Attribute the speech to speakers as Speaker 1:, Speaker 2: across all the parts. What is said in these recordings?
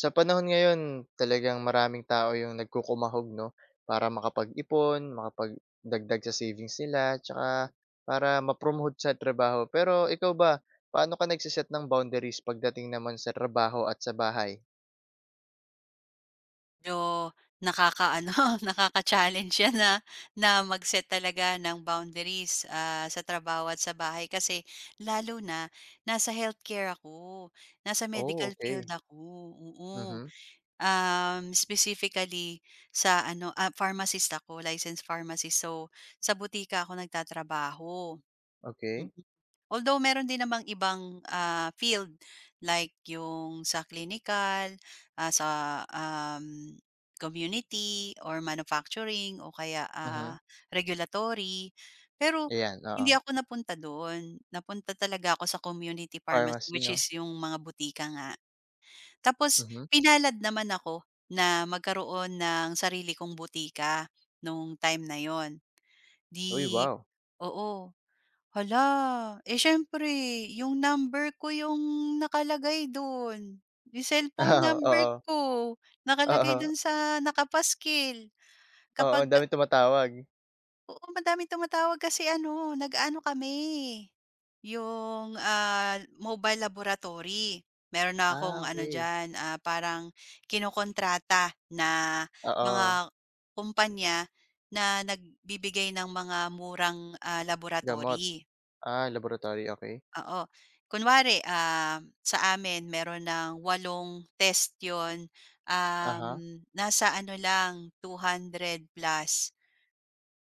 Speaker 1: Sa panahon ngayon talagang maraming tao yung nagkukumahog 'no, para makapag-ipon, makapagdagdag sa savings nila, tsaka para ma-promote sa trabaho. Pero ikaw ba, paano ka nagse ng boundaries pagdating naman sa trabaho at sa bahay?
Speaker 2: Medyo nakakaano, nakaka-challenge 'yan na na mag-set talaga ng boundaries, sa trabaho at sa bahay kasi lalo na nasa healthcare ako, nasa
Speaker 1: Oh,
Speaker 2: medical field
Speaker 1: okey.
Speaker 2: ako, oo.
Speaker 1: Mhm,
Speaker 2: Specifically sa ano, pharmacist ako, licensed pharmacist. So, sa botika ako nagtatrabaho. Mm.
Speaker 1: okey.
Speaker 2: Although meron din namang ibang, field like yung sa clinical, sa, community or manufacturing o kaya,
Speaker 1: Mhm,
Speaker 2: regulatory. Pero
Speaker 1: ayan, oo.
Speaker 2: hindi ako napunta doon, napunta talaga ako sa community pharmacy
Speaker 1: Pharmacy
Speaker 2: which is
Speaker 1: 'no?
Speaker 2: yung mga butika nga. Tapos
Speaker 1: Mhm.
Speaker 2: pinalad naman ako na magkaroon ng sarili kong butika nung time na yun.
Speaker 1: Uy,
Speaker 2: 'Di,
Speaker 1: wow!
Speaker 2: oo. Hala, eh, siyempre yung number ko yung nakalagay dun, yung cellphone
Speaker 1: Oo,
Speaker 2: number
Speaker 1: oo,
Speaker 2: ko nakalagay
Speaker 1: oo,
Speaker 2: dun sa nakapaskil
Speaker 1: oo,
Speaker 2: kapag,
Speaker 1: ang daming tumatawag.
Speaker 2: oo, madaming tumatawag kasi ano, nag-aano kami, yung, mobile laboratory. Meron na akong
Speaker 1: Ah,
Speaker 2: ano
Speaker 1: okey.
Speaker 2: diyan, parang kinokontrata na mga
Speaker 1: Oo,
Speaker 2: kumpanya na nagbibigay ng mga murang,
Speaker 1: gamot.
Speaker 2: laboratory.
Speaker 1: Ah, laboratory, okay.
Speaker 2: Oo. Kunwari, sa amin meron ng 8 test 'yon, um,
Speaker 1: Uh-huh.
Speaker 2: nasa ano lang 200 plus,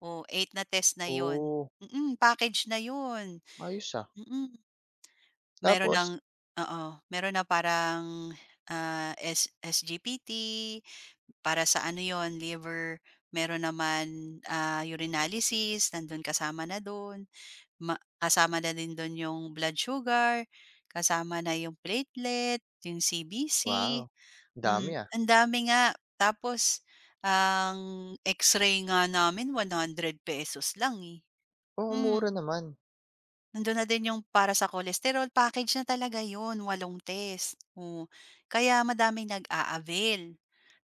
Speaker 2: o 8 na test na 'yon.
Speaker 1: Oh.
Speaker 2: Mm, package na 'yon,
Speaker 1: Ayos, ah.
Speaker 2: mm. Meron
Speaker 1: Tapos?
Speaker 2: ng, oo, meron na parang, ah, S SGPT, para sa ano 'yon, liver. Meron naman, urinalysis, nandun kasama na do'n. Kasama na din dun yung blood sugar, kasama na yung platelet, yung CBC,
Speaker 1: Wow, dami, ah.
Speaker 2: ang dami nga. Tapos ang X-ray nga namin 100 pesos lang, eh.
Speaker 1: Oo, mura
Speaker 2: Hmm,
Speaker 1: naman.
Speaker 2: Nandun na din yung para sa cholesterol, package na talaga yun, 8 test, oo. Kaya madaming nag-a-avail.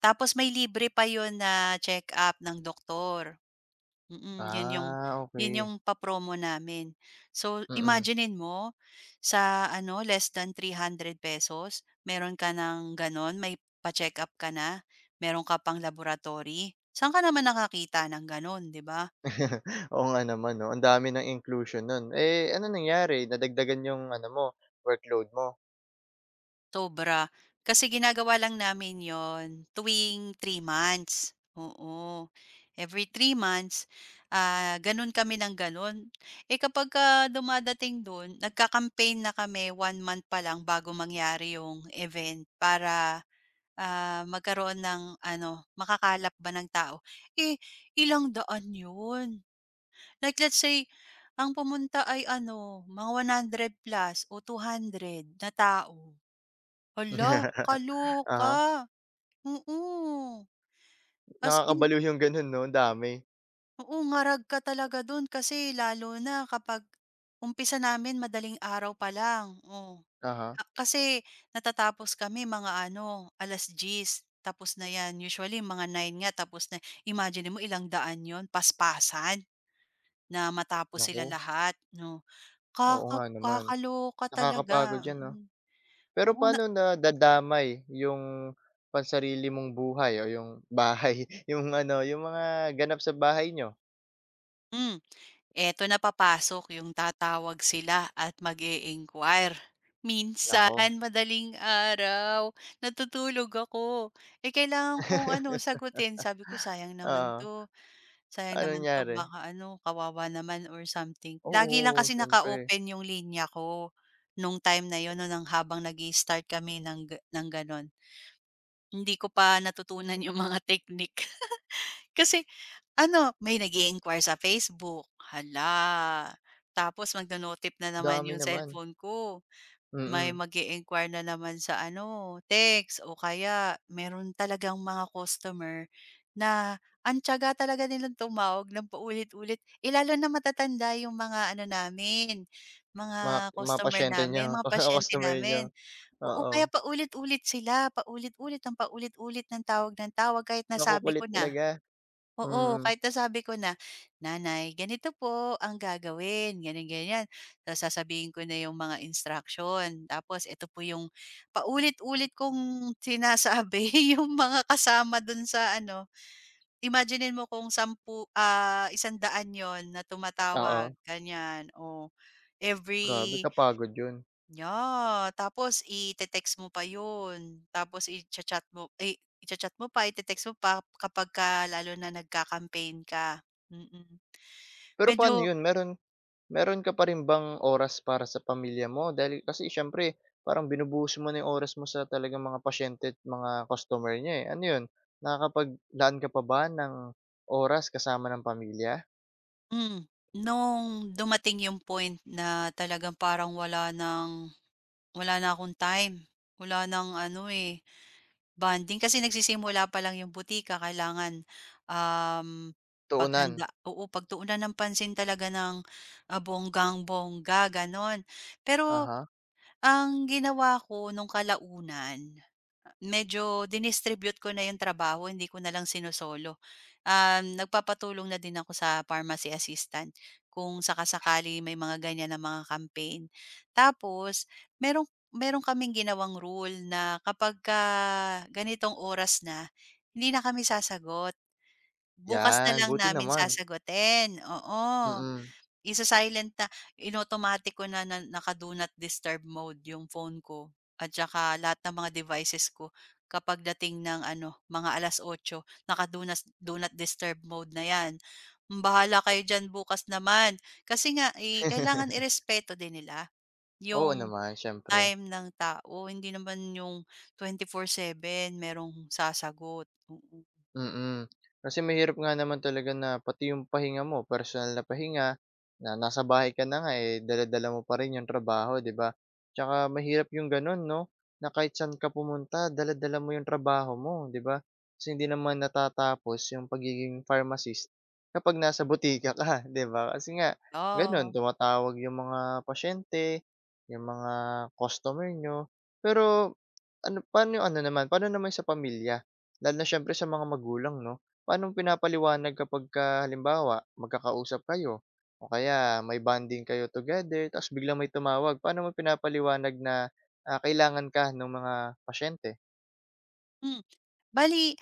Speaker 2: Tapos may libre pa yun na check-up ng doktor. Mm, 'yun yung
Speaker 1: Ah,
Speaker 2: 'yun yung
Speaker 1: okay.
Speaker 2: papromo namin. So,
Speaker 1: Mm.
Speaker 2: imaginin mo sa ano, less than 300 pesos meron ka ng gano'n, may pa-check-up ka na, meron ka pang laboratory. Saan ka naman nakakita ng gano'n, 'di ba?
Speaker 1: Oo nga naman 'no, ang dami ng inclusion nun. Eh, ano nangyari, nadagdagan yung ano mo, workload mo?
Speaker 2: Sobra. Kasi ginagawa lang namin 'yon tuwing 3 months, oo. Every 3 months, gano'n kami ng gano'n. Eh, kapagka dumadating do'n, nagka-campaign na kami 1 month pa lang bago mangyari yung event para, magkaroon ng ano, makakalap ba ng tao. Eh, ilang daan yun. Like let's say, ang pumunta ay ano, mga 100 plus o 200 na tao. Hala,
Speaker 1: Aha, huh.
Speaker 2: kaloka. Oo. As in,
Speaker 1: Nakakabaliw yung ganun 'no, ang dami.
Speaker 2: oo, ngarag ka talaga dun kasi lalo na kapag umpisa namin madaling araw pa lang, oh.
Speaker 1: Aha, huh.
Speaker 2: Kasi natatapos kami mga ano, 10:00 tapos na 'yan. Usually mga 9 nga tapos na. Imagine mo ilang daan 'yon, paspasan na matapos sila
Speaker 1: Naku,
Speaker 2: lahat, 'no?
Speaker 1: oo nga naman.
Speaker 2: Kakaloka
Speaker 1: Nakakapagod
Speaker 2: talaga,
Speaker 1: 'yan 'no.
Speaker 2: mm.
Speaker 1: Pero
Speaker 2: Oo na.
Speaker 1: paano na dadamay yung pansarili mong buhay o yung bahay, yung ano, yung mga ganap sa bahay niyo?
Speaker 2: hmm, Eto na papasok yung tatawag sila at mag-e-enquire. Minsan
Speaker 1: Naku.
Speaker 2: madaling araw natutulog ako, eh, kailangan kong ano, sagutin, sabi ko sayang naman
Speaker 1: Oo,
Speaker 2: 'to, sayang naman
Speaker 1: anong
Speaker 2: 'to,
Speaker 1: nangyari?
Speaker 2: baka ano, kawawa naman or something. Lagi lang
Speaker 1: Oo,
Speaker 2: kasi
Speaker 1: siyempre,
Speaker 2: naka-open yung linya ko nung time na yon 'no, ng habang nag start kami ng ga ng gano'n. Hindi ko pa natutunan yung mga technique kasi ano, may nag-i-inquire sa Facebook, hala, tapos magno-no-tip na naman
Speaker 1: dami
Speaker 2: yung
Speaker 1: naman,
Speaker 2: cellphone ko. May
Speaker 1: mm,
Speaker 2: mag-i-inquire na naman sa ano, text o kaya meron talagang mga customer na ang tiyaga talaga nilang tumawag ng paulit-ulit, eh, lalo na matatanda yung mga ano namin,
Speaker 1: mga
Speaker 2: mga
Speaker 1: mga
Speaker 2: customer
Speaker 1: pasyente niyo,
Speaker 2: namin, mga
Speaker 1: mga
Speaker 2: pasyente
Speaker 1: customer niyo,
Speaker 2: namin. Oo,
Speaker 1: oo.
Speaker 2: kaya paulit-ulit sila, paulit-ulit ang paulit-ulit ng tawag kahit nasabi ko
Speaker 1: Makukulit
Speaker 2: na.
Speaker 1: talaga,
Speaker 2: Oo,
Speaker 1: mm,
Speaker 2: kahit nasabi ko na, "Nanay, ganito po ang gagawin, ganyan-ganyan." Tapos sasabihin ko na yung mga instruction, tapos ito po yung paulit-ulit kong sinasabi yung mga kasama dun sa ano, imaginin mo kung 10, 100 yon na tumatawag,
Speaker 1: oo,
Speaker 2: ganyan, o
Speaker 1: grabe
Speaker 2: every
Speaker 1: kapagod 'yun.
Speaker 2: Yeah, tapos i text mo pa yun, tapos i chat mo pa, i text mo pa kapagka lalo na nagka-campaign ka, mm.
Speaker 1: Pero paano
Speaker 2: Medyo
Speaker 1: 'yun, meron meron ka pa rin bang oras para sa pamilya mo dahil kasi siyempre parang binubuhos mo na 'yung oras mo sa talagang mga pasyente at mga customer niya eh, ano 'yun, nakakapaglaan ka pa ba ng oras kasama ng pamilya?
Speaker 2: hmm, nung dumating yung point na talagang parang wala na akong time, wala ng ano, eh, bonding kasi nagsisimula pa lang yung butika kailangan, um,
Speaker 1: Tuunan,
Speaker 2: paghanda, oo, pagtuunan ng pansin talaga ng, bonggang-bongga gano'n. Pero
Speaker 1: aha,
Speaker 2: ang ginawa ko nung kalaunan, medyo dinistribute ko na yung trabaho, hindi ko na lang sino-solo. Nagpapatulong na din ako sa pharmacy assistant kung sakasakali may mga ganyan na mga campaign. Tapos, merong merong kaming ginawang rule na kapagka ganitong oras na, hindi na kami sasagot. Bukas na
Speaker 1: 'yan
Speaker 2: lang
Speaker 1: buti
Speaker 2: namin
Speaker 1: naman.
Speaker 2: sasagutin, oo.
Speaker 1: Mm.
Speaker 2: Isa-silent na, in-automatic ko na na naka-do not disturb mode yung phone ko at saka lahat ng mga devices ko kapag dating ng ano, mga 8:00 naka-do not disturb mode na 'yan. Mm, bahala kayo diyan bukas naman. Kasi nga, eh, kailangan irespeto din nila
Speaker 1: Oo
Speaker 2: yung
Speaker 1: naman siyempre.
Speaker 2: time ng tao, hindi naman yung 24/7 merong sasagot, oo.
Speaker 1: Mm. Kasi mahirap nga naman talaga na pati yung pahinga mo, personal na pahinga, na nasa bahay ka na nga, eh, dala-dala mo pa rin yung trabaho, 'di ba? Tsaka mahirap yung gano'n 'no, na kahit saan ka pumunta dala-dala mo yung trabaho mo, 'di ba? Kasi hindi naman natatapos yung pagiging pharmacist kapag nasa botika ka, 'di ba? Kasi nga gano'n,
Speaker 2: Ah,
Speaker 1: tumatawag yung mga pasyente, yung mga customer niyo. Pero ano, paano yung ano naman, paano naman sa pamilya? Lalo na siyempre sa mga magulang 'no? Paano mo pinapaliwanag kapagka halimbawa magkakausap kayo o kaya may bonding kayo together tapos biglang may tumawag, paano mo pinapaliwanag na, ah, kailangan ka ng mga pasyente?
Speaker 2: hmm. Bali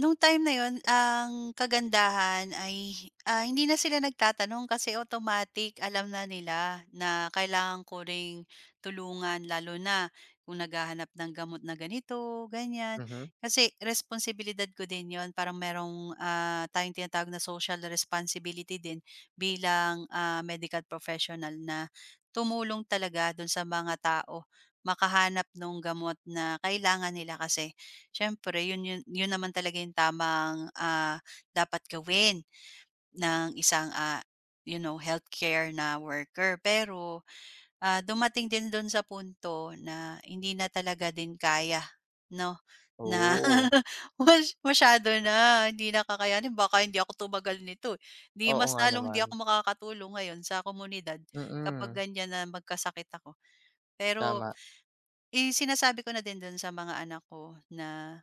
Speaker 2: nung time na yon ang kagandahan ay, hindi na sila nagtatanong kasi automatic alam na nila na kailangan ko ring tulungan lalo na kung naghahanap ng gamot na ganito, ganyan.
Speaker 1: Mhm.
Speaker 2: Kasi responsibilidad ko din yon, parang merong, tayong tinatawag na social responsibility din bilang, medical professional na tumulong talaga dun sa mga tao, makahanap ng gamot na kailangan nila kasi. Siyempre yun yun yun naman talaga yung tamang, dapat gawin ng isang, healthcare na worker. Pero, dumating din dun sa punto na hindi na talaga din kaya 'no, na
Speaker 1: Oh,
Speaker 2: mas masyado na, hindi na kakayanin. Baka hindi ako tumagal nito, eh. 'Di
Speaker 1: oo
Speaker 2: mas
Speaker 1: nga
Speaker 2: lalong hindi
Speaker 1: naman.
Speaker 2: ako makakatulong ngayon sa komunidad
Speaker 1: Mm,
Speaker 2: kapag
Speaker 1: mm,
Speaker 2: ganiyan na magkasakit ako. Pero,
Speaker 1: tama.
Speaker 2: isinasabi ko na din dun sa mga anak ko na,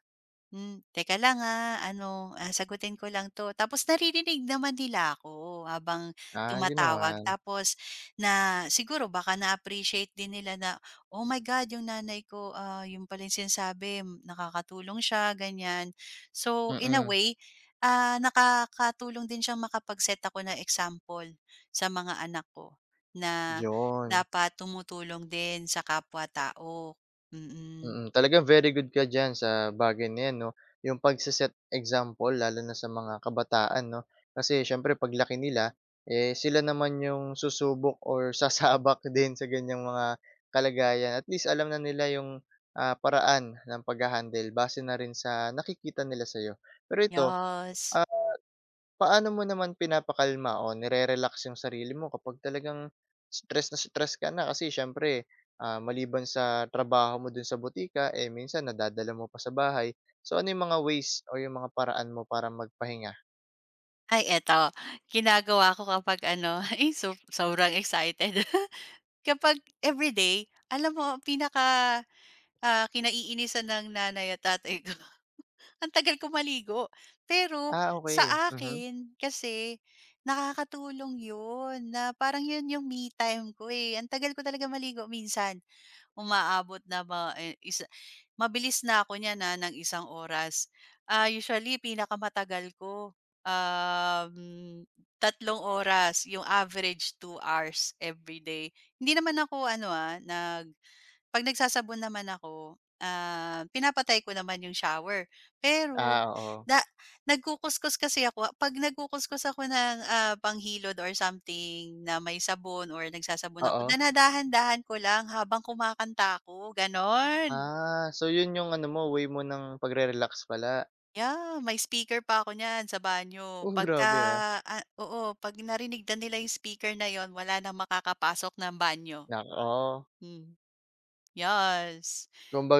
Speaker 2: "Hmm, teka lang, ano, sagutin ko lang 'to." Tapos naririnig naman nila ako habang
Speaker 1: Ah, yun
Speaker 2: tumatawag,
Speaker 1: naman.
Speaker 2: tapos na siguro baka na-appreciate din nila na, "Oh my God, yung nanay ko, yun pala yung sinasabi, nakakatulong siya," ganyan. So, in a
Speaker 1: Mm,
Speaker 2: way, nakakatulong din siyang makapag-set ako ng example sa mga anak ko na
Speaker 1: yun.
Speaker 2: dapat tumutulong din sa kapwa tao. Mm,
Speaker 1: Mm, talagang very good ka diyan sa bagay na 'yan 'no, yung pagse example lalo na sa mga kabataan 'no. Kasi siyempre paglaki nila, eh, sila naman yung susubok or sasabak din sa ganiyang mga kalagayan. At least alam na nila yung, ah, paraan ng pagha-handle base na rin sa nakikita nila sa'yo. Pero ito,
Speaker 2: yes.
Speaker 1: ah, paano mo naman pinapakalma o nire-relax yung sarili mo kapag talagang stress na stress ka na? Kasi siyempre, ah, maliban sa trabaho mo dun sa butika, eh, minsan nadadala mo pa sa bahay. So, ano yung mga ways o yung mga paraan mo para magpahinga?
Speaker 2: Ay eto, ginagawa ko kapag ano, ay sobrang excited. Kapag everyday, alam mo ang pinaka, kinaiinisan ng nanay at tatay ko, ang tagal ko maligo. Pero
Speaker 1: Ah,
Speaker 2: sa
Speaker 1: okey. Mhm.
Speaker 2: akin kasi nakakatulong 'yun na parang 'yun yung me time ko, eh. Ang tagal ko talaga maligo minsan umaabot na, ba eh, isa mabilis na ako niya na ng 1 oras. Usually pinakamatagal ko, um, 3 oras, yung average 2 hours every day. Hindi naman ako ano, ah, nag 'pag nagsasabon naman ako, pinapatay ko naman yung shower. Pero
Speaker 1: Ah, oo.
Speaker 2: da nagkukuskus kasi ako, 'pag nagkukuskus ako ng, panghilod or something na may sabon or nagsasabon ako,
Speaker 1: Oo.
Speaker 2: dinadahan-dahan ko lang habang kumakanta ako, gano'n.
Speaker 1: Ah, so yun yung ano mo, way mo ng pagre-relax pala.
Speaker 2: Yeah, may speaker pa ako niyan sa banyo.
Speaker 1: Oh, grabe, ah.
Speaker 2: Oo, 'pag narinig na nila yung speaker na yon, wala nang makakapasok ng banyo.
Speaker 1: Nak, oo.
Speaker 2: Hmm, yes.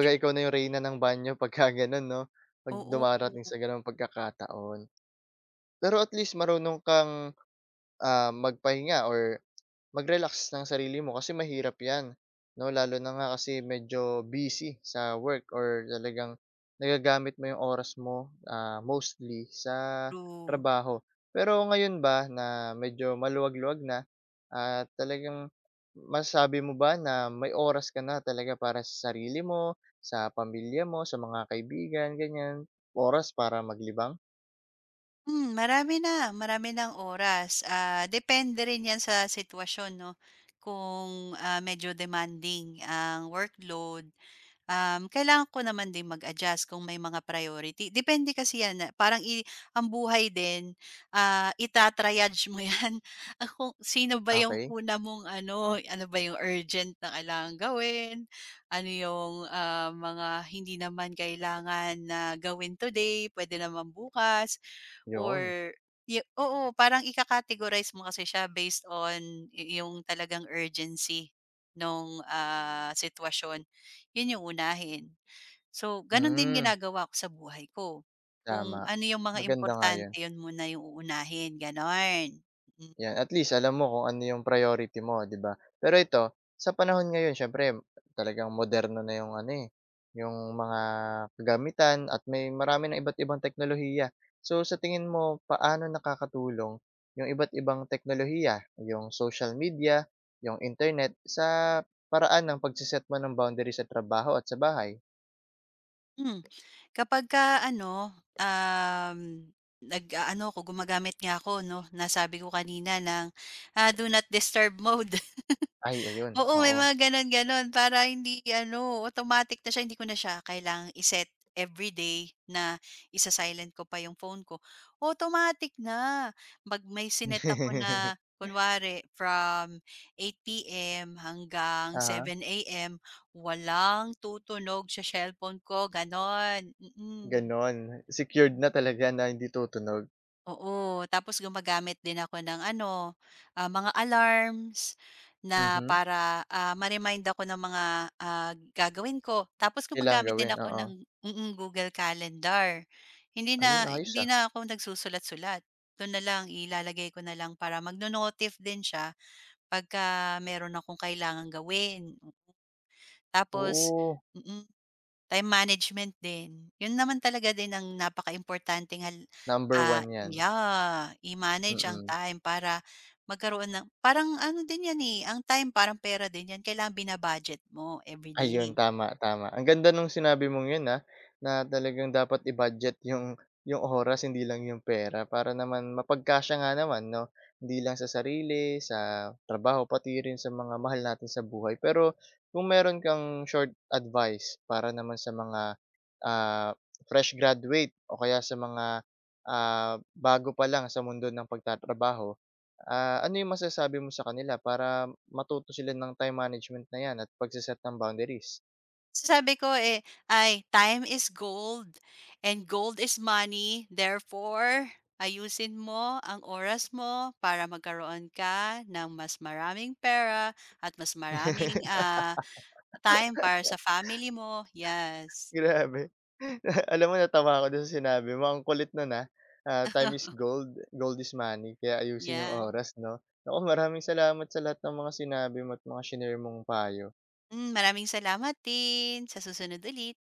Speaker 2: Ti
Speaker 1: ikaw na yung reyna ng banyo pagka ganun 'no, 'pag
Speaker 2: Oo,
Speaker 1: dumarating sa gano'ng pagkakataon. Pero at least marunong kang, ah, magpahinga or mag-relax ng sarili mo kasi mahirap 'yan, 'no? Lalo na nga kasi medyo busy sa work or talagang nagagamit mo yung oras mo, ah, mostly sa
Speaker 2: true.
Speaker 1: trabaho. Pero ngayon ba na medyo maluwag-luwag na at talagang masabi mo ba na may oras ka na talaga para sa sarili mo, sa pamilya mo, sa mga kaibigan, ganiyan? Oras para maglibang?
Speaker 2: Hmm, marami na, marami ng oras. Depende rin 'yan sa sitwasyon 'no, kung, medyo demanding ang workload, kailangan ko naman din mag-adjust kung may mga priority. Depende kasi 'yan, ah, parang i ang buhay din, ita mo 'yan, ah, kung sino ba yung
Speaker 1: Okay,
Speaker 2: una mong ano, ano ba yung urgent na kailangang gawin, ano yung, mga hindi naman kailangan na gawin today, pwede naman bukas.
Speaker 1: yun.
Speaker 2: Or oo, parang ikakategorize mo kasi siya based on yung talagang urgency nung, sitwasyon. Yun yung unahin. So, ganun din
Speaker 1: Hmm.
Speaker 2: ginagawa ko sa buhay ko. Kung
Speaker 1: Tama,
Speaker 2: ano yung mga
Speaker 1: maganda nga
Speaker 2: importante,
Speaker 1: 'yun,
Speaker 2: yun muna yung uunahin, ganon. Mm.
Speaker 1: 'yan, at least alam mo kung ano yung priority mo, 'di ba? Pero ito, sa panahon ngayon syempre talagang moderno na yung ano, eh, yung mga kagamitan at may marami ng iba't ibang teknolohiya. So sa tingin mo paano nakakatulong yung iba't ibang teknolohiya, yung social media, yung internet sa paraan ng pagse mo ng boundary sa trabaho at sa bahay?
Speaker 2: Mm. Kapag ka ano, um, nag ano ako gumagamit nga ako 'no, nasabi ko kanina ng, do not disturb mode.
Speaker 1: Ay ayun,
Speaker 2: Oo, may
Speaker 1: oo.
Speaker 2: mga gano'n-gano'n para hindi ano, automatic na siya, hindi ko na siya kailangang i-set everyday na isa-silent ko pa yung phone ko. Automatic na, 'pag may sinet ako na kunwari from 8 PM hanggang
Speaker 1: Aha.
Speaker 2: 7 AM, walang tutunog sa cellphone ko, gano'n. Mm. Mm.
Speaker 1: Gano'n, secured na talaga na hindi tutunog?
Speaker 2: Oo, tapos gumagamit din ako ng ano, mga alarms na
Speaker 1: Mhm,
Speaker 2: para, ma-remind ako ng mga, gagawin ko. Tapos
Speaker 1: kailangang
Speaker 2: gumagamit din
Speaker 1: gawin,
Speaker 2: ako
Speaker 1: oo.
Speaker 2: ng Google Calendar. Hindi na,
Speaker 1: Ayun, ayos,
Speaker 2: hindi
Speaker 1: ah.
Speaker 2: na ako nagsusulat-sulat. Dun na lang ilalagay ko na lang para magno-notif din siya pagka meron akong kailangang gawin. Tapos
Speaker 1: Oo,
Speaker 2: mm, time management din. 'Yun naman talaga din ang napakaimportanteng
Speaker 1: number one 'yan,
Speaker 2: yeah, i-manage ang
Speaker 1: mm.
Speaker 2: time para magkaroon ng parang ano din 'yan, eh, ang time parang pera din 'yan, kailangan bina-budget mo
Speaker 1: Ayun,
Speaker 2: everyday.
Speaker 1: tama, tama. Ang ganda nung sinabi mong yun, ah, na talagang dapat i-budget yung oras hindi lang yung pera para naman mapagkasya nga naman 'no, hindi lang sa sarili, sa trabaho, pati rin sa mga mahal natin sa buhay. Pero kung meron kang short advice para naman sa mga, ah, fresh graduate o kaya sa mga, ah, bago pa lang sa mundo ng pagtatrabaho, ah, ano yung masasabi mo sa kanila para matuto sila ng time management na yan at pagse-set ng boundaries?
Speaker 2: So, sabi ko, eh, ay time is gold and gold is money, therefore ayusin mo ang oras mo para magkaroon ka ng mas maraming pera at mas maraming, time para sa family mo, yes.
Speaker 1: Grabe. Alam mo natawa ako dun sa sinabi mo, ang kulit nun, ah. Ah, time is gold, gold is money, kaya ayusin yung
Speaker 2: Yeah.
Speaker 1: oras 'no? Naku, maraming salamat sa lahat ng mga sinabi mo at mga shinare mong payo.
Speaker 2: Maraming salamat din, sa susunod ulit.